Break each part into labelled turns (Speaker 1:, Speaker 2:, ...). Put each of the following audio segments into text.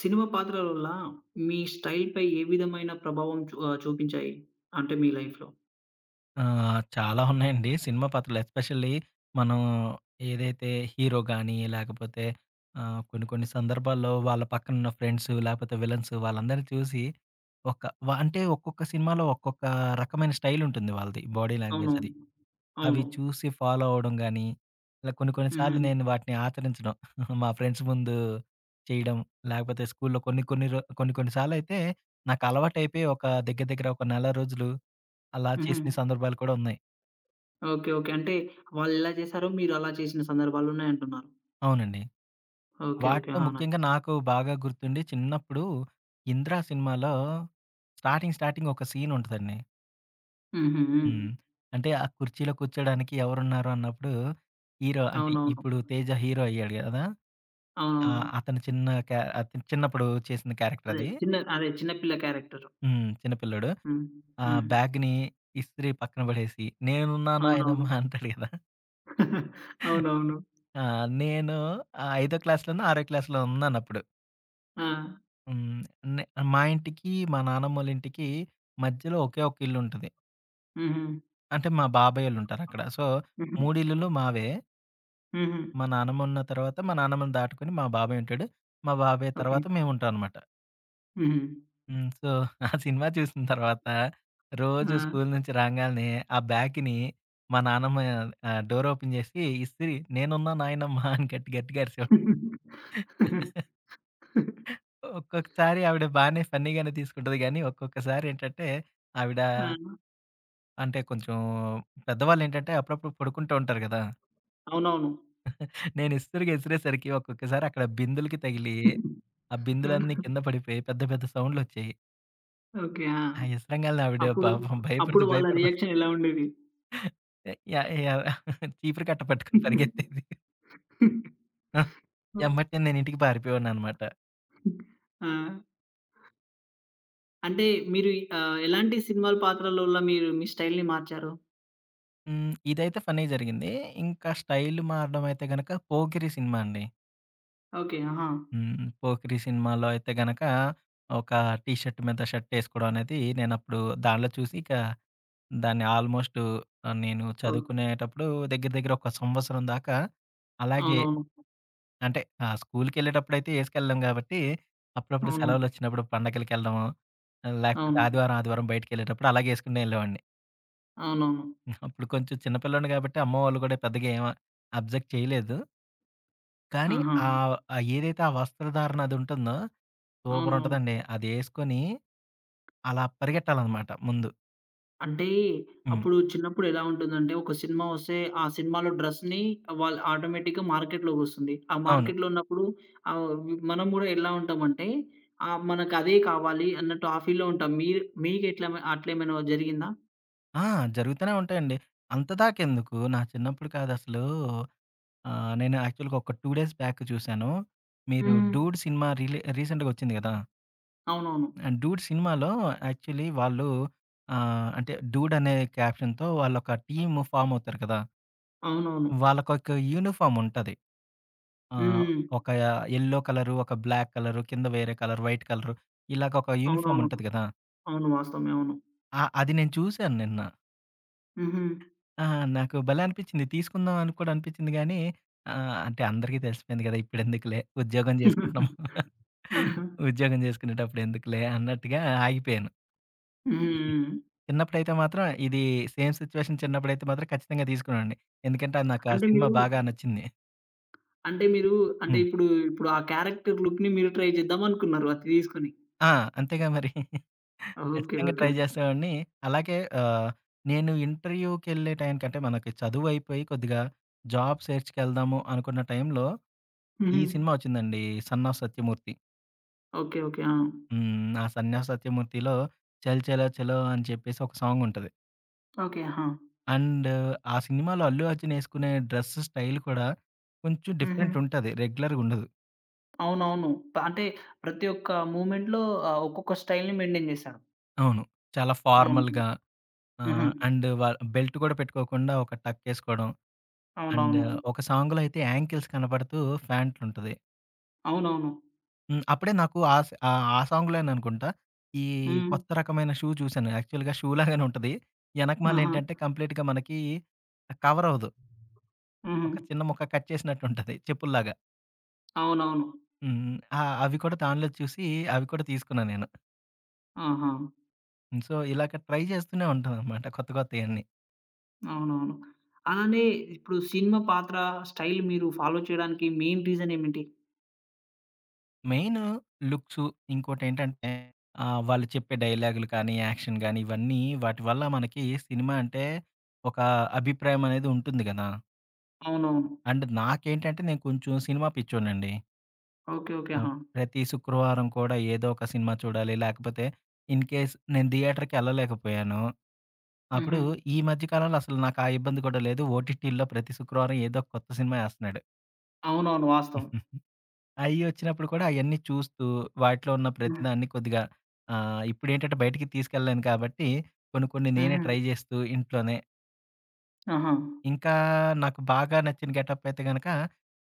Speaker 1: Cinema పాత్రల వల్ల మీ స్టైల్‌పై ఏ విధమైన ప్రభావం చూపించాయి? అంటే మీ లైఫ్‌లో?
Speaker 2: ఆ! చాలా ఉన్నాయండి. సినిమా పాత్రలు ఎస్పెషల్లీ మనం ఏదైతే హీరో గాని, లేకపోతే కొన్ని కొన్ని సందర్భాల్లో వాళ్ళ పక్కనున్న ఫ్రెండ్స్, లేకపోతే విలన్స్ వాళ్ళందరిని చూసి ఒక అంటే ఒక్కొక్క సినిమాలో ఒక్కొక్క రకమైన స్టైల్ ఉంటుంది వాళ్ళది. బాడీ లాంగ్వేజ్
Speaker 1: అవునవును.
Speaker 2: అది. అవి
Speaker 1: అవును.
Speaker 2: చూసి ఫాలో అవ్వడం గాని, ఇలా కొన్ని కొన్ని సార్లు
Speaker 1: హుహు.
Speaker 2: నేను వాటిని ఆచరించడం. మా ఫ్రెండ్స్ ముందు చేయడం, లేకపోతే స్కూల్‌లో కొన్ని కొన్ని రో కొన్ని కొన్ని సార్లయితే నాకలవాటైపోయి దగ్గర దగ్గర ఒక నెల రోజులు అలా
Speaker 1: హుహు.
Speaker 2: చేసిన సందర్భాలు కూడా ఉన్నాయి.
Speaker 1: ఓకే, ఓకే, అంటే వాళ్ళెలా చేశారో మీరు అలా చేసిన సందర్భాలున్నాయంటున్నారు.
Speaker 2: అవునండి.
Speaker 1: ఓకే, ఓకే,
Speaker 2: వాటిలో
Speaker 1: అవునా?
Speaker 2: ముఖ్యంగా నాకు బాగా గుర్తుండి చిన్నప్పుడు 'ఇంద్ర' సినిమాలో స్టార్టింగ్ స్టార్టింగ్ ఒక సీన్ ఉంటదండి.
Speaker 1: హుహు. హ్మ్.
Speaker 2: హ్మ్. అంటే ఆ కుర్చీలో కూర్చోడానికి ఎవరున్నారు అన్నప్పుడు హీరో అంటే
Speaker 1: అవునవును.
Speaker 2: ఇప్పుడు 'తేజ' హీరో అయ్యాడు గదా! ఆ!
Speaker 1: అవునవును.
Speaker 2: అతను చిన్నప్పుడు చేసిన క్యారెక్టర్
Speaker 1: అదే
Speaker 2: అది.
Speaker 1: చిన్న అదే చిన్న పిల్ల క్యారెక్టర్.
Speaker 2: హ్మ్. చిన్న పిల్లోడు.
Speaker 1: హ్మ్. హ్మ్.
Speaker 2: బ్యాగ్‌ని ఇస్త్రీ పక్కన పడేసి, "నేనున్నాను నాయనమ్మ"
Speaker 1: అవునవును.
Speaker 2: అంటాడు కదా!
Speaker 1: అవునవును.
Speaker 2: ఆ! నేను ఐదో క్లాస్‌లోనో, ఆరో క్లాస్‌లో ఉన్నానప్పుడు.
Speaker 1: ఆ!
Speaker 2: హ్మ్. నే మా ఇంటికి, మా నానమ్మోళ్ళ ఇంటికి మధ్యలో ఒకే ఒక ఇల్లుంటది.
Speaker 1: హుహు.
Speaker 2: అంటే మా బాబాయోళ్ళుంటారక్కడ. సో,
Speaker 1: హుహు.
Speaker 2: 3 ఇల్లులు మావే.
Speaker 1: హుహు.
Speaker 2: మా నానమ్మ ఉన్న తర్వాత మా నానమ్మని దాటుకొని మా బాబాయ్ ఉంటాడు. మా బాబాయ్
Speaker 1: ఓకే.
Speaker 2: తర్వాత మేముంటామనమాట.
Speaker 1: హుహు.
Speaker 2: హ్మ్. సో, ఆ సినిమా చూసిన తర్వాత
Speaker 1: ఆ!
Speaker 2: రోజు స్కూలు నుంచి రాంగాల్నే ఆ బ్యాగ్‌ని మా నాన్నమ్మ డోర్ ఓపెన్ జేసి, "ఇస్త్రీ నేనున్నా నాయనమ్మ" అని గట్టి గట్టిగా అరిచేవాడు. ఒక్కొక్కసారి ఆవిడ బానే ఫన్నీగానే తీసుకుంటది గానీ, ఒక్కొక్కసారి ఏంటంటే ఆవిడ
Speaker 1: ఆ!
Speaker 2: అంటే కొంచెం పెద్దవాళ్ళేంటంటే అప్పుడప్పుడు పడుకుంటూ ఉంటారు గదా!
Speaker 1: అవునవును.
Speaker 2: నేను ఇస్త్రీగా ఇసిరేసరికి ఒక్కొక్కసారి అక్కడ బిందులకి తగిలి, ఆ బిందులన్నీ
Speaker 1: ఆహా!
Speaker 2: కింద పడిపోయి పెద్ద పెద్ద సౌండ్‌లొచ్చాయి.
Speaker 1: ఓకే. ఆ!
Speaker 2: ఆ ఇసరంగాల్నే ఆవిడ
Speaker 1: అప్పుడు,
Speaker 2: పాపం భయపడుతూ
Speaker 1: అప్పుడు వాళ్ళ
Speaker 2: భయపడుతూ
Speaker 1: రియాక్షన్ ఎలా ఉండేది?
Speaker 2: యాహ్! యాహ్! చీపురు కట్ట పట్టుకొని పరిగెత్తేది. ఆ! ఎమ్మటనే నేను ఇంటికి పారిపోయేవాడిననమాట.
Speaker 1: ఆ! అంటే మీరు ఎలాంటి సినిమాల పాత్రల వల్ల మీరు మీ స్టైల్‌ని మార్చారు?
Speaker 2: హ్మ్. ఇదైతే ఫన్నీ జరిగింది. ఇంకా స్టైల్ మారడం అయితే గనక 'పోకిరి' సినిమా అండి.
Speaker 1: ఓకే. ఆహా!
Speaker 2: హ్మ్. 'పోకిరి' సినిమాలో అయితే గనక ఒక టీ షర్ట్ మీద షర్ట్ ఏసుకోవడం అనేది నేనప్పుడు దానిలో చూసి ఇక దాన్ని ఆల్‌మోస్ట్ నేను
Speaker 1: ఓకే.
Speaker 2: చదువుకునేటప్పుడు దగ్గర దగ్గర ఒక సంవత్సరం దాకా అలాగే
Speaker 1: అవునవును.
Speaker 2: అంటే స్కూలుకెళ్ళేటప్పుడైతే ఏసుకెళ్ళలేం గాబట్టి, అప్పుడప్పుడు
Speaker 1: అవును.
Speaker 2: సెలవులొచ్చినప్పుడు పండగలకెళ్ళడము, లేకపోతే
Speaker 1: అవును.
Speaker 2: ఆదివారం, ఆదివారం బయటికెళ్ళేటప్పుడు అలాగే ఏసుకునే యెళ్ళేవాడిని.
Speaker 1: అవునవును.
Speaker 2: అప్పుడు కొంచెం చిన్న పిల్లోడిని గాబట్టి అమ్మ వాళ్ళు గూడా పెద్దగా ఏం అబ్జెక్ట్ చేయలేదు. కానీ
Speaker 1: ఆహా!
Speaker 2: ఆహ్, ఆహ్, ఏదైతే ఆ వస్త్రధారణ అదుంటుందో
Speaker 1: అవునవును.
Speaker 2: సూపరుంటదండి. అదేసుకొని అలా పరిగెట్టాలనమాట ముందు.
Speaker 1: అంటే,
Speaker 2: హ్మ్.
Speaker 1: అప్పుడు చిన్నప్పుడు ఎలా ఉంటుందంటే, ఒక సినిమా వస్తే, ఆ సినిమాలో డ్రెస్‌ని వాళ్ళు ఆటోమేటిక్‌గా మార్కెట్‌లోకొస్తుంది. ఆ
Speaker 2: అవును.
Speaker 1: మార్కెట్‌లో ఉన్నప్పుడు ఆహ్, మనం గూడా ఎలా ఉంటామంటే, మనకదే కావాలి అన్నట్టు ఆ ఫీల్‌లో ఉంటాం. మీరు మీకెట్లా అట్లేమైనా జరిగిందా?
Speaker 2: ఆ! జరుగుతూనే ఉంటాయండి. అంత దాకెందుకు? నా చిన్నప్పుడు కాదసలు. ఆ! నేను యాక్చువల్‌గా ఒక 2 డేస్ బ్యాక్ చూసాను. మీరు
Speaker 1: హ్మ్.
Speaker 2: 'డూడ్' సినిమా రీసెంట్‌గా వచ్చింది గదా!
Speaker 1: అవునవును.
Speaker 2: అండ్ 'డూడ్' సినిమాలో యాక్చువల్లీ వాళ్ళు అంటే 'డూడ్' అనే క్యాప్షన్‌తో వాళ్ళొక టీమ్ ఫార్మ్ అవుతారు కదా!
Speaker 1: అవునవును.
Speaker 2: వాళ్ళకొక యూనిఫార్మ్ ఉంటది. ఆహ్,
Speaker 1: హ్మ్.
Speaker 2: ఒక యెల్లో కలరు, ఒక బ్లాక్ కలరు, కింద వేరే కలర్, వైట్ కలరు ఇలాగ ఒక యూనిఫార్మ్
Speaker 1: అవునవును.
Speaker 2: ఉంటది గదా!
Speaker 1: అవును, వాస్తవమే, అవును.
Speaker 2: ఆ అది నేను చూసాను నిన్న.
Speaker 1: హుహు.
Speaker 2: ఆ! నాకు భలే అనిపిచ్చింది. తీసుకుందాం అని కూడా అనిపిచ్చింది గానీ, అంటే అందరికీ తెలిసిపోయింది గదా! ఇప్పుడెందుకులే ఉద్యోగం జేసుకుంటున్నాం.
Speaker 1: ఆహా!
Speaker 2: ఉద్యోగం జేసుకునేటప్పుడు ఎందుకులే అన్నట్టుగా ఆగిపోయాను.
Speaker 1: హ్మ్. హ్మ్.
Speaker 2: చిన్నప్పుడైతే మాత్రం ఇది సేమ్ సిచ్యువేషన్. చిన్నప్పుడైతే మాత్రం ఖచ్చితంగా తీసుకునేవాడిని. ఎందుకంటే, అది నాకు ఆ
Speaker 1: అంటే మీరు
Speaker 2: సినిమా బాగా నచ్చింది.
Speaker 1: అంటే మీరు అంటే
Speaker 2: హ్మ్.
Speaker 1: ఇప్పుడు ఇప్పుడు ఆ క్యారెక్టర్ లుక్‌ని మీరు ట్రై చేద్దామనుకున్నారు అది తీసుకొని.
Speaker 2: ఆ! అంతేగా మరి.
Speaker 1: ఓకే,
Speaker 2: ఖచ్చితంగా
Speaker 1: ఓకే.
Speaker 2: ట్రై జేసేవాడిని. అలాగే నేను ఇంటర్వ్యూకెళ్ళే టైంకంటే మనకి చదువయిపోయి కొద్దిగా జాబ్ సెర్చ్‌కెళ్దాము అనుకున్న టైంలో ఈ
Speaker 1: హుహు.
Speaker 2: సినిమా వచ్చిందండి 'son of Satyamurthy.'
Speaker 1: Okay, okay, ఆ!
Speaker 2: హ్మ్. ఆ 'సన్ ఆఫ్ సత్యమూర్తిలో' 'చల్ చలో చలో' అని చెప్పేసి ఒక సాంగ్ ఉంటది.
Speaker 1: ఓకే. ఆహా!
Speaker 2: అండ్ ఆ సినిమాలో అల్లు అర్జున్ ఎసుకునే డ్రెస్ స్టైల్ కూడా కొంచెం
Speaker 1: హుహు.
Speaker 2: డిఫరెంట్ ఉంటది. రెగ్యులర్‌గా ఉండదు.
Speaker 1: అవునవును. అంటే ప్రతి ఒక్క మూవ్‌మెంట్‌లో ఒక్కొక్క స్టైల్‌ని మెయింటైన్ చేశాడు.
Speaker 2: అవును. చాలా
Speaker 1: అవును.
Speaker 2: ఫార్మల్‌గా
Speaker 1: హుహు.
Speaker 2: అండ్ వ బెల్ట్ కూడా పెట్టుకోకుండా ఒక టక్ ఎసుకోవడం. అండ్
Speaker 1: అవునవును.
Speaker 2: ఒక సాంగ్‌లో అయితే యాంకిల్స్ కనపడుతూ ఫ్యాంట్ ఉంటది.
Speaker 1: అవునవును.
Speaker 2: హ్మ్. అప్పుడే నాకు ఆ! ఆ సాంగ్‌లోననుకుంటా. ఈ
Speaker 1: హ్మ్.
Speaker 2: కొత్త రకమైన షూ చూసాను. యాక్చువల్‌గా షూ లాగానే ఉంటది.
Speaker 1: ఆహా!
Speaker 2: ఎనకమాలేంటంటే కంప్లీట్‌గా మనకి కవరవ్వదు. ఒక
Speaker 1: హ్మ్.
Speaker 2: చిన్న ముక్క కట్ చేసినట్టుంటది చెప్పుల్లాగా.
Speaker 1: అవునవును.
Speaker 2: హ్మ్. ఆ! అవి కూడా దానిలో చూసి అవి కూడా తీసుకున్నా నేను.
Speaker 1: ఆహా!
Speaker 2: సో, ఇలాగ ట్రై చేస్తూనే ఉంటాననమాట కొత్త కొత్తయన్నీ.
Speaker 1: అవునవును. అలానే ఇప్పుడు సినిమా పాత్ర, స్టైల్ మీరు ఫాలో చేయడానికి మెయిన్ రీజన్ ఏమిటి?
Speaker 2: మెయిన్ లుక్సు ఇంకోటేంటంటే వాళ్ళు చెప్పే డైలాగులు కానీ, యాక్షన్ గానీ ఇవన్నీ వాటి వల్ల మనకి సినిమా అంటే ఒక అభిప్రాయం అనేది ఉంటుంది గదా!
Speaker 1: అవునవును.
Speaker 2: అండ్ నాకేంటంటే నేను కొంచెం సినిమా పిచ్చోనండి.
Speaker 1: ఓకే, ఓకే,
Speaker 2: ఆహ్,
Speaker 1: ఆహా!
Speaker 2: ప్రతి శుక్రవారం కూడా ఏదో ఒక సినిమా చూడాలి. లేకపోతే ఇన్‌కేస్ నేను థియేటర్‌కెళ్ళలేకపోయాను. అప్పుడు
Speaker 1: హుహు.
Speaker 2: ఈ మధ్య కాలంలో అసలు నాకు ఆ ఇబ్బంది కూడా లేదు. ఓటీటీల్లో ప్రతి శుక్రవారం ఏదో ఒక కొత్త సినిమా ఏస్తన్నాడు.
Speaker 1: అవునవును. వాస్తవం.
Speaker 2: అయి వచ్చినప్పుడు కూడా అయన్నీ చూస్తూ వాటిలో ఉన్న
Speaker 1: హ్మ్.
Speaker 2: ప్రతిదాన్ని కొద్దిగా ఇప్పుడేంటంటే బయటికి తీసుకెళ్ళలేను కాబట్టి కొన్ని కొన్ని నేనే
Speaker 1: హుహు.
Speaker 2: ట్రై చేస్తూ ఇంట్లోనే.
Speaker 1: ఆహా!
Speaker 2: ఇంకా నాకు బాగా నచ్చిన గెటప్ అయితే గనక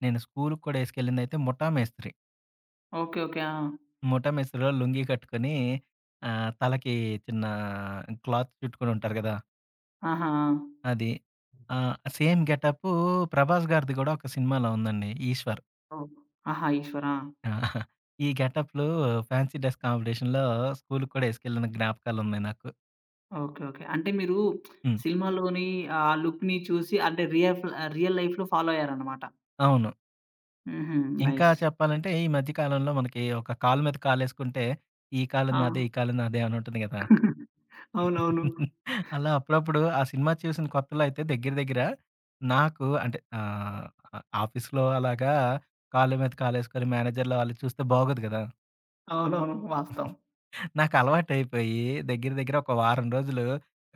Speaker 2: నేను స్కూలుకి కూడా ఏసుకెళ్ళిందయితే ముఠా మేస్త్రి.
Speaker 1: ఓకే, ఓకే, ఆ!
Speaker 2: ముఠా మేస్త్రిలో లుంగీ కట్టుకొని తలకి చిన్న క్లాత్ చుట్టుకొని ఉంటారు గదా!
Speaker 1: ఆహా! ఆ!
Speaker 2: అది. ఆ! సేమ్ గెటప్పు 'ప్రభాస్' గారిది గూడా ఒక సినిమాలో ఉందండి 'ఈశ్వర్.'
Speaker 1: ఓహ్! ఆహా! ఈశ్వర.
Speaker 2: ఆ! ఈ గెటప్‌లో ఫ్యాన్సీ డ్రెస్ కాంపిటీషన్‌లో స్కూలుకి కూడా యేసుకెళ్ళిన జ్ఞాపకాలున్నాయి నాకు.
Speaker 1: ఓకే, ఓకే, అంటే మీరు
Speaker 2: హ్మ్.
Speaker 1: సినిమాలోని ఆ లుక్‌ని చూసి అంటే రియల్ లైఫ్‌లో ఫాలో అయ్యారన్నమాట.
Speaker 2: అవును.
Speaker 1: హుహు.
Speaker 2: ఇంకా
Speaker 1: నైస్.
Speaker 2: చెప్పాలంటే ఈ మధ్య కాలంలో మనకి ఒక కాలు మీద కాలేసుకుంటే, ఈ కాలు
Speaker 1: ఆ!
Speaker 2: నాదే, ఈ కాలు నాదే అని ఉంటుంది గదా!
Speaker 1: అవునవును.
Speaker 2: అలా అప్పుడప్పుడు ఆ సినిమా చూసిన కొత్తలో అయితే దగ్గర దగ్గర నాకు అంటే ఆఫీస్‌లో అలాగా కాళ్ళ మీద కాలేసుకొని మేనేజర్‌లు వాళ్ళు చూస్తే బాగోదు కదా!
Speaker 1: అవునవును. వాస్తవం.
Speaker 2: నాకు అలవాటైపోయి దగ్గర దగ్గర ఒక వారం రోజులు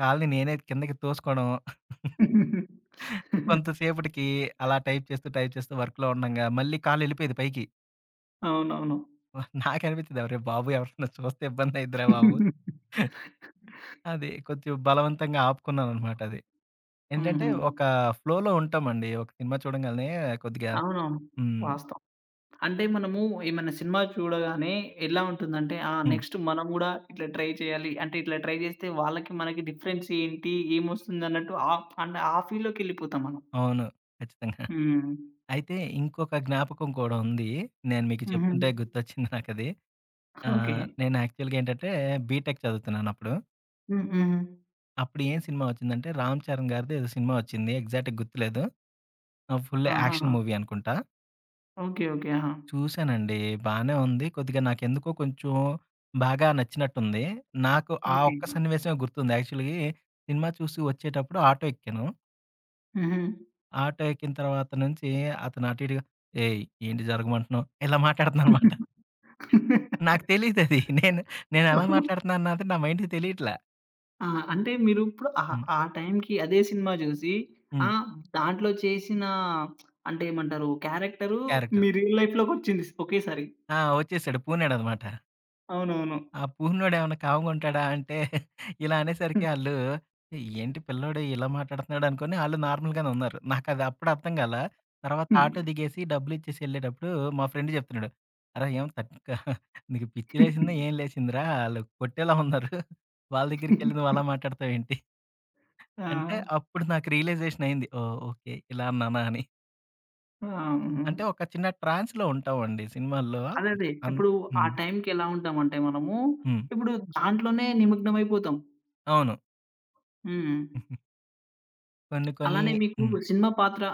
Speaker 2: కాళ్ళని నేనే కిందకి తోసుకోవడం కొంతసేపటికి అలా టైప్ చేస్తూ వర్క్‌లో ఉండంగా మళ్ళీ కాళ్ళు వెళ్ళిపోయేది పైకి.
Speaker 1: అవునవును.
Speaker 2: నాకు అనిపించేది "అరే బాబు! ఎవరైనా చూస్తే ఇబ్బంది అయిద్దిరా బాబు". అది కొంచెం బలవంతంగా ఆపుకున్నాననమాట అది. ఏంటంటే,
Speaker 1: హుహు.
Speaker 2: ఒక ఫ్లోలో ఉంటామండి. ఒక సినిమా చూడంగాల్నే కొద్దిగా
Speaker 1: అవునవును,
Speaker 2: హ్మ్.
Speaker 1: వాస్తవం. అంటే మనము ఏమైనా సినిమా చూడగానే ఎలా ఉంటుందంటే, ఆ!
Speaker 2: హ్మ్.
Speaker 1: నెక్స్ట్ మనం గూడా ఇట్లా ట్రై చేయాలి. అంటే ఇట్లా ట్రై చేస్తే వాళ్ళకి, మనకి డిఫరెన్స్ ఏంటి? ఏమొస్తుందన్నట్టు ఆ అంటే ఆ ఫీల్‌లోకెళ్ళిపోతాం మనం.
Speaker 2: అవును. ఖచ్చితంగా.
Speaker 1: హ్మ్.
Speaker 2: అయితే ఇంకొక జ్ఞాపకం కూడా ఉంది. నేను మీకు
Speaker 1: హుహు.
Speaker 2: చెప్తుంటే గుర్తొచ్చింది నాకది.
Speaker 1: ఓకే.
Speaker 2: నేను యాక్చువల్‌గా ఏంటంటే బీటెక్ చదువుతున్నానప్పుడు. అప్పుడు
Speaker 1: హ్మ్. హుహు.
Speaker 2: అప్పుడు ఏం సినిమా వచ్చిందంటే 'రామ్ చరణ్' గారిది ఏదో సినిమా వచ్చింది. ఎగ్జాక్ట్‌గా గుర్తులేదు. ఫుల్
Speaker 1: ఆహా!
Speaker 2: యాక్షన్ మూవీ అనుకుంటా.
Speaker 1: ఓకే, ఓకే, ఆహా!
Speaker 2: చూసానండి. బానే ఉంది. కొద్దిగా నాకెందుకో కొంచెం బాగా నచ్చినట్టుంది. నాకు ఆ
Speaker 1: ఓకే.
Speaker 2: ఒక్క సన్నివేశమే గుర్తుంది. యాక్చువల్లీ సినిమా చూసి వచ్చేటప్పుడు ఆటో ఎక్కాను.
Speaker 1: హుహు.
Speaker 2: ఆటో ఎక్కిన తర్వాత నుంచి అతను అటు ఇటుగా, "ఏయ్! ఏంటి జరగమంటున్నావు?" ఇలా మాట్లాడుతున్నాననమాట. నాకు తెలీదది. నేనెలా మాట్లాడుతున్నానన్నది నా మైండ్‌కి తెలియట్లా.
Speaker 1: ఆ! అంటే మీరు ఇప్పుడు
Speaker 2: హ్మ్.
Speaker 1: ఆ టైంకి అదే సినిమా చూసి
Speaker 2: హ్మ్.
Speaker 1: ఆహ్, దాంట్లో చేసిన అంటే ఏమంటారు క్యారెక్టరు
Speaker 2: క్యారెక్టర్.
Speaker 1: మీ రియల్ లైఫ్‌లోకొచ్చింది ఒకేసారి.
Speaker 2: ఆ! వచ్చేసాడు. పూనాడనమాట.
Speaker 1: అవునవును.
Speaker 2: ఆ పూర్ణోడేమన్నా కాముగుంటాడా అంటే, ఇలా అనేసరికి ఆళ్ళు, ఏంటి పిల్లోడు ఇలా మాట్లాడుతున్నాడు అనుకోని ఆళ్ళు నార్మల్‌గానే ఉన్నారు. నాకది అప్పుడు అర్థం కాల. తర్వాత ఆటో దిగేసి డబ్బులిచ్చేసి ఎళ్ళేటప్పుడు మా ఫ్రెండ్ చెప్తున్నాడు. "అరేయ్! ఏం తక్క నీకు పిచ్చి లేసిందా ఏం లేసిందిరా? ఆళ్ళు కొట్టేలా ఉన్నారు. వాళ్ళ దగ్గరికెళ్ళి నువ్వు అలా మాట్లాడతావేంటి?" అంటే
Speaker 1: ఆ!
Speaker 2: అప్పుడు నాకు రియలైజేషన్ అయింది. ఓహ్! ఓకే. ఇలా అన్నానా అని.
Speaker 1: ఆ! హ్మ్.
Speaker 2: అంటే ఒక చిన్న ట్రాన్స్‌లో ఉంటామండి సినిమాల్లో.
Speaker 1: అదే
Speaker 2: అంటే
Speaker 1: అదే.
Speaker 2: అన్
Speaker 1: ఇప్పుడు ఆ
Speaker 2: హ్మ్.
Speaker 1: టైంకి ఎలా ఉంటామంటే మనము
Speaker 2: హ్మ్.
Speaker 1: ఇప్పుడు దాంట్లోనే నిమగ్నమైపోతాం.
Speaker 2: అవును.
Speaker 1: హ్మ్.
Speaker 2: కొన్ని కొన్ని
Speaker 1: అలానే మీకు
Speaker 2: హ్మ్.
Speaker 1: సినిమా పాత్ర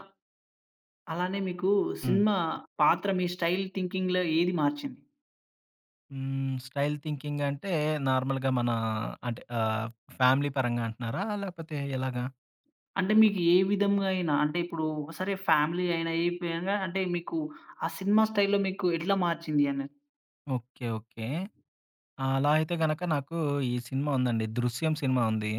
Speaker 1: అలానే మీకు
Speaker 2: హ్మ్.
Speaker 1: సినిమా పాత్ర మీ స్టైల్ థింకింగ్‌లో ఏది మార్చింది?
Speaker 2: హ్మ్. స్టైల్ థింకింగ్ అంటే నార్మల్‌గా మన అంటే ఫ్యామిలీ పరంగా అంటున్నారా? లేకపోతే ఎలాగా?
Speaker 1: అంటే మీకు ఏ విధంగా అయినా అంటే ఇప్పుడు సరే ఫ్యామిలీ అయినా ఏ పరంగా అంటే మీకు ఆ సినిమా స్టైల్‌లో మీకు ఎట్లా మార్చింది అనేది?
Speaker 2: ఓకే. ఓకే. ఆ! అలా అయితే గనక నాకు ఈ సినిమా ఉందండి. 'దృశ్యం' సినిమా ఉంది.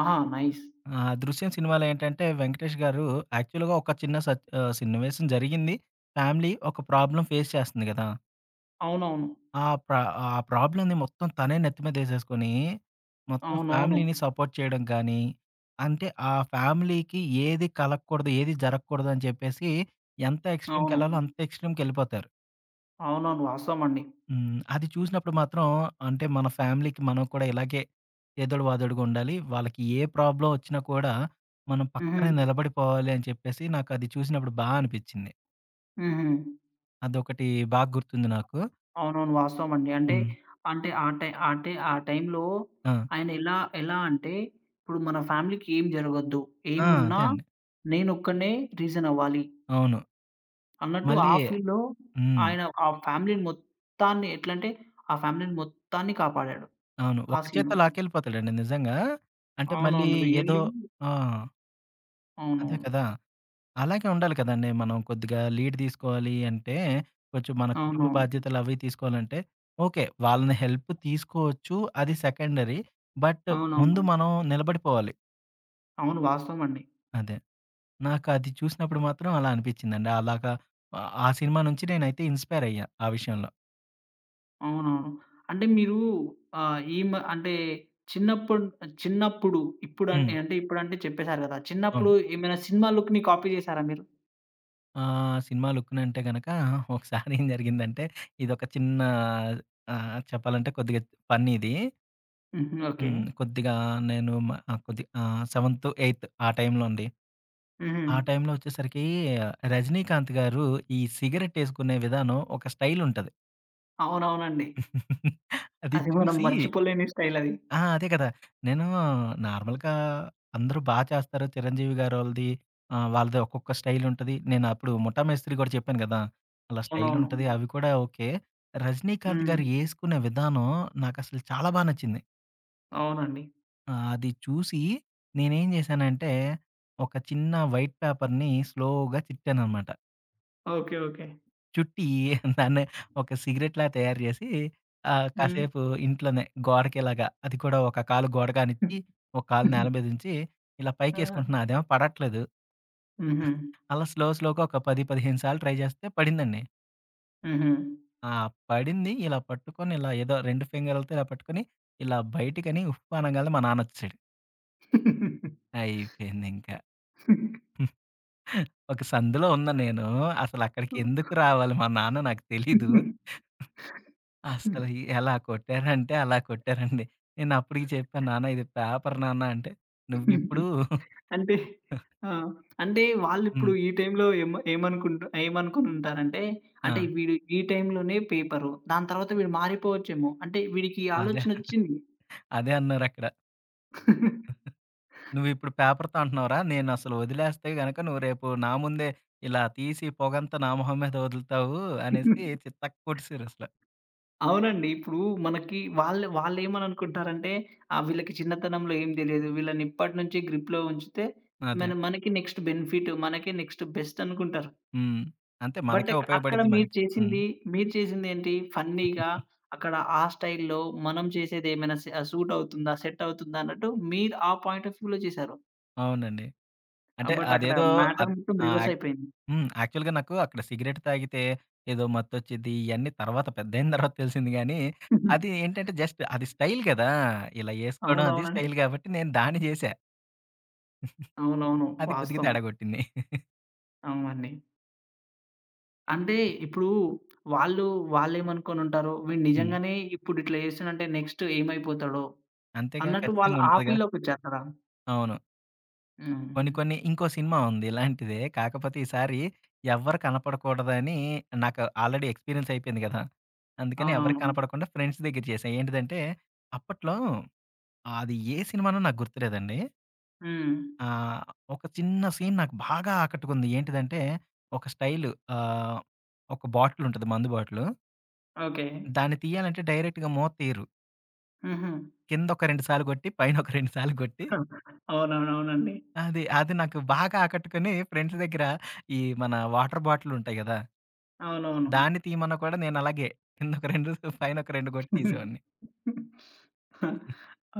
Speaker 1: ఆహా! నైస్.
Speaker 2: ఆ 'దృశ్యం' సినిమాలో ఏంటంటే 'వెంకటేష్' గారు యాక్చువల్‌గా ఒక చిన్న సన్నివేశం జరిగింది. ఫ్యామిలీ ఒక ప్రాబ్లమ్ ఫేస్ చేస్తుంది గదా!
Speaker 1: అవునవును.
Speaker 2: ఆ! ప్ర ఆ ప్రాబ్లమ్‌ని మొత్తం తనే నెత్తి మీదేసేసుకొని, మొత్తం
Speaker 1: అవునవును.
Speaker 2: ఫ్యామిలీని సపోర్ట్ చేయడం గానీ, అంటే ఆ ఫ్యామిలీకి ఏది కలగకూడదు, ఏది జరగకూడదని చెప్పేసి ఎంత
Speaker 1: అవును.
Speaker 2: ఎక్స్‌ట్రీమ్‌కెళ్ళాలో అంత ఎక్స్‌ట్రీమ్‌కెళ్ళిపోతారు.
Speaker 1: అవునవును, వాస్తవం అండి.
Speaker 2: హ్మ్. అది చూసినప్పుడు మాత్రం అంటే మన ఫ్యామిలీకి మనం కూడా ఇలాగే చేదోడు వాదోడుగా ఉండాలి. వాళ్ళకి ఏ ప్రాబ్లమ్ ఒచ్చినా కూడా మనం
Speaker 1: హుహు.
Speaker 2: పక్కనే నిలబడిపోవాలి అని చెప్పేసి నాకది చూసినప్పుడు బా అనిపిచ్చింది.
Speaker 1: హుహు.
Speaker 2: అదొకటి బాగా గుర్తుంది నాకు.
Speaker 1: అవునవును, వాస్తవం అండి.
Speaker 2: హ్మ్.
Speaker 1: అంటే, అంటే ఆ టై అంటే ఆ టైంలో
Speaker 2: ఆ!
Speaker 1: ఆయన ఎలా ఎలా అంటే ఇప్పుడు మన ఫ్యామిలీకి ఏం జరగొద్దు.
Speaker 2: ఆ!
Speaker 1: ఏమున్నా
Speaker 2: అదే అండి.
Speaker 1: నేనొక్కడినే రీజన్ అవ్వాలి.
Speaker 2: అవును.
Speaker 1: అన్నట్టు
Speaker 2: మళ్ళీ
Speaker 1: ఆ ఫీల్డ్‌లో
Speaker 2: హ్మ్.
Speaker 1: ఆయన ఆ ఫ్యామిలీ‌ని మొత్తాన్ని ఎట్లంటే, ఆ ఫ్యామిలీ‌ని మొత్తాన్ని కాపాడాడు.
Speaker 2: అవును.
Speaker 1: ఆ
Speaker 2: ఒక
Speaker 1: సీను.
Speaker 2: చేత్తో లాక్కెళ్ళిపోతాడండి నిజంగా. అంటే మళ్ళీ
Speaker 1: అవునవును,
Speaker 2: ఏదో
Speaker 1: రియల్లీ
Speaker 2: ఆ! అదే
Speaker 1: అవునవును.
Speaker 2: కదా! అలాగే ఉండాలి కదండీ. మనం కొద్దిగా లీడ్ తీసుకోవాలి అంటే, కొంచెం మన కుటుంబ
Speaker 1: అవునవును.
Speaker 2: బాధ్యతలు అవి తీసుకోవాలంటే, ఓకే. వాళ్ళని హెల్ప్ తీసుకోవచ్చు. అది సెకండరీ. బట్ ముందు
Speaker 1: అవునవును.
Speaker 2: మనం నిలబడిపోవాలి.
Speaker 1: అవును, వాస్తవం అండి.
Speaker 2: అదే. నాకు అది చూసినప్పుడు మాత్రం అలా అనిపించిందండి. అలాగా ఆ సినిమా నుంచి నేనైతే ఇన్‌స్పైర్ అయ్యా ఆ విషయంలో.
Speaker 1: అవునవును. అంటే మీరు ఆహ్, ఈ మ అంటే చిన్నప్పుడు చిన్నప్పుడు
Speaker 2: హ్మ్.
Speaker 1: ఇప్పుడంటే అంటే ఇప్పుడంటే చెప్పేసారు కదా!
Speaker 2: అవును.
Speaker 1: చిన్నప్పుడు ఏమైనా సినిమా లుక్‌ని కాపీ చేసారా మీరు?
Speaker 2: ఆ! సినిమా లుక్కునంటే గనక ఒకసారి ఏం జరిగిందంటే ఇదొక చిన్న చెప్పాలంటే కొద్దిగా ఫన్నీ ఇది.
Speaker 1: హుహు. ఓకే.
Speaker 2: హ్మ్. కొద్దిగా నేను మ 7త్, 8త్ ఆ టైంలో అండి.
Speaker 1: హుహు.
Speaker 2: ఆ టైంలో వచ్చేసరికి 'రజనీకాంత్' గారు ఈ సిగరెట్ ఏసుకునే విధానం ఒక స్టైల్ ఉంటది.
Speaker 1: అవునవునండి.
Speaker 2: అది
Speaker 1: అది మనం
Speaker 2: చూసి
Speaker 1: మర్చిపోలేని స్టైల్ అది.
Speaker 2: ఆ! అదే కదా! నేను నార్మల్‌గా అందరూ బా చేస్తారు. చిరంజీవి గారోళ్ళది వాళ్ళది ఒక్కొక్క స్టైల్ ఉంటది. నేను అప్పుడు 'ముఠా మేస్త్రి' కూడా చెప్పాను కదా! అలా స్టైల్
Speaker 1: అవునవును.
Speaker 2: ఉంటది. అవి కూడా ఓకే. రజనీకాంత్
Speaker 1: హ్మ్.
Speaker 2: గారు యేసుకునే విధానం నాకసలు చాలా బా నచ్చింది.
Speaker 1: అవునండి.
Speaker 2: అది చూసి నేనేం చేశానంటే, ఒక చిన్న వైట్ పేపర్‌ని స్లోగా చిట్టాననమాట.
Speaker 1: Okay, okay.
Speaker 2: చుట్టి దాన్ని ఒక సిగరెట్‌లా తయారు జేసి
Speaker 1: హ్మ్.
Speaker 2: కాసేపు ఇంట్లోనే గోడకిలాగా అది కూడా ఒక కాలు గోడ కానిచ్చి, ఒక కాలు నేల మీద ఉంచి, ఇలా
Speaker 1: ఆ!
Speaker 2: పైకేసుకుంటున్నా అదేమో పడట్లేదు.
Speaker 1: హుహు.
Speaker 2: అలా స్లోగా ఒక 10, 15 సార్లు ట్రై జేస్తే పడిందండి.
Speaker 1: హుహు.
Speaker 2: ఆ! పడింది. ఇలా పట్టుకొని ఇలా ఏదో 2 ఫింగర్‌లతో ఇలా పట్టుకొని ఇలా బయటికని ఉఫ్ అనంగాల్నే మా నాన్నొచ్చేసాడు. అయిపోయిందింకా. ఒక సందులో ఉన్నా నేను. అసలక్కడికెందుకు రావాలి మా నాన్న నాకు తెలీదు. అసలు ఈ ఎలా కొట్టారంటే, అలా కొట్టారండి. నేనప్పటికి చెప్పాను, "నాన్న ఇది పేపర్ నాన్న" అంటే, "నువ్విప్పుడు"
Speaker 1: అంటే ఆ! అంటే
Speaker 2: హ్మ్.
Speaker 1: వాళ్ళిప్పుడు ఈ టైంలో ఏమ ఏమనుకుంటు ఏమనుకునుంటారంటే, అంటే
Speaker 2: ఆ!
Speaker 1: వీడు ఈ టైంలోనే పేపరు. దాని తర్వాత వీడు మారిపోవచ్చేమో. అంటే వీడికి ఈ
Speaker 2: అదే.
Speaker 1: ఆలోచనొచ్చింది.
Speaker 2: అదే అన్నారక్కడ. "నువ్విప్పుడు పేపర్‌తో అంటున్నావురా, నేనసలు వదిలేస్తే గనక నువ్వు రేపు నా ముందే ఇలా తీసి పొగంతా నా మొహం మీద వదులుతావు" అనేసి చితక్ కొట్టేసారసల.
Speaker 1: అవునండి. ఇప్పుడు మనకి వాళ్ళు వాళ్ళేమననుకుంటారంటే, ఆ! వీళ్ళకి చిన్నతనంలో ఏం తెలీదు. వీళ్ళని ఇప్పటి నుంచి గ్రిప్‌లో ఉంచితే
Speaker 2: అదే.
Speaker 1: మనకి నెక్స్ట్ బెనిఫిట్, మనకి నెక్స్ట్ బెస్ట్ అనుకుంటారు.
Speaker 2: హ్మ్. అంతే
Speaker 1: బట్
Speaker 2: మనకే
Speaker 1: ఎక్ అక్కడ
Speaker 2: ఉపయోగపడిద్ది
Speaker 1: మీరు
Speaker 2: మంచి హ్మ్.
Speaker 1: చేసింది, మీరు చేసిందేంటి? ఫన్నీగా అక్కడ ఆ స్టైల్‌లో మనం చేసేదేమైనా సూట్ అవుతుందా? సెట్ అవుతుందా? అన్నట్టు మీరు ఆ పాయింట్ ఆఫ్ వ్యూలో చేశారు.
Speaker 2: అవునండి. అంటే
Speaker 1: బట్ అక్కడ
Speaker 2: అదేదో
Speaker 1: మ్యాటర్
Speaker 2: అద్
Speaker 1: మొత్తం
Speaker 2: ఆ!
Speaker 1: రివర్స్ అయిపోయింది.
Speaker 2: హ్మ్. యాక్చువల్‌గా నాకు అక్కడ సిగరెట్ తాగితే ఏదో మత్తొచ్చిద్ది ఇయన్నీ తర్వాత పెద్దయిన తర్వాత తెలిసింది గానీ, అది ఏంటంటే జస్ట్ అది స్టైల్ గదా! ఇలా ఏసుకోవడం అది
Speaker 1: అవునవునండి.
Speaker 2: స్టైల్ గాబట్టి నేను దాన్ని జేశా.
Speaker 1: అవునవును,
Speaker 2: అది కొద్దిగా
Speaker 1: వాస్తవం.
Speaker 2: తేడా గొట్టింది.
Speaker 1: అవునండి. అంటే ఇప్పుడు వాళ్ళు వాళ్ళేమనుకోనుంటారు, వీడు
Speaker 2: హ్మ్.
Speaker 1: నిజంగానే ఇప్పుడు ఇట్లా చేస్తున్నాడంటే నెక్స్ట్ ఏమైపోతాడో
Speaker 2: అంతేగా
Speaker 1: అన్నట్టు వాళ్ళు
Speaker 2: ఖచ్చితంగా
Speaker 1: ఆ
Speaker 2: ఉంటదిగా.
Speaker 1: ఫీల్‌లోకొచ్చేస్తారా?
Speaker 2: అవును. కొన్ని
Speaker 1: హ్మ్.
Speaker 2: కొన్ని ఇంకో సినిమా ఉంది ఇలాంటిదే. కాకపోతే ఈసారి ఎవ్వరు కనపడకూడదని నాకు ఆల్రెడీ ఎక్స్‌పీరియన్స్ అయిపోయింది గదా! అందుకని ఎవరికీ
Speaker 1: అవునవును.
Speaker 2: కనపడకుండా ఫ్రెండ్స్ దగ్గర చేశా. ఏంటిదంటే అప్పట్లో అది ఏ సినిమానో నాకు గుర్తులేదండి.
Speaker 1: హ్మ్.
Speaker 2: ఆ! ఒక చిన్న సీన్ నాకు బాగా ఆకట్టుకుంది. ఏంటిదంటే, ఒక స్టైలు ఆహ్, ఒక బాటిలుంటది మందు బాటిలు.
Speaker 1: ఓకే.
Speaker 2: దాన్ని తీయాలంటే డైరెక్ట్‌గా మూత తీయరు.
Speaker 1: హుహు.
Speaker 2: కిందొక 2 సార్లు కొట్టి, పైనొక 2 సార్లు కొట్టి
Speaker 1: అవునవునవునండి.
Speaker 2: అది నాకు బాగా ఆకట్టుకొని ఫ్రెండ్స్ దగ్గర ఈ మన వాటర్ బాటిలుంటాయి గదా!
Speaker 1: అవునవును.
Speaker 2: దాన్ని తీయమన్నా కూడా నేనలాగే కిందొక 2 పైనొక 2 కొట్టి తీసేవాడిని.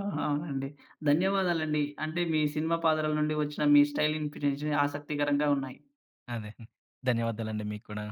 Speaker 1: ఆ! అవునండి. ధన్యవాదాలండి. అంటే మీ సినిమా పాత్రల నుండి వచ్చిన మీ స్టైల్ ఇన్‌ఫ్లుయెన్స్ ఆసక్తికరంగా ఉన్నాయి.
Speaker 2: అదే. ధన్యవాదాలండి మీకు కూడా.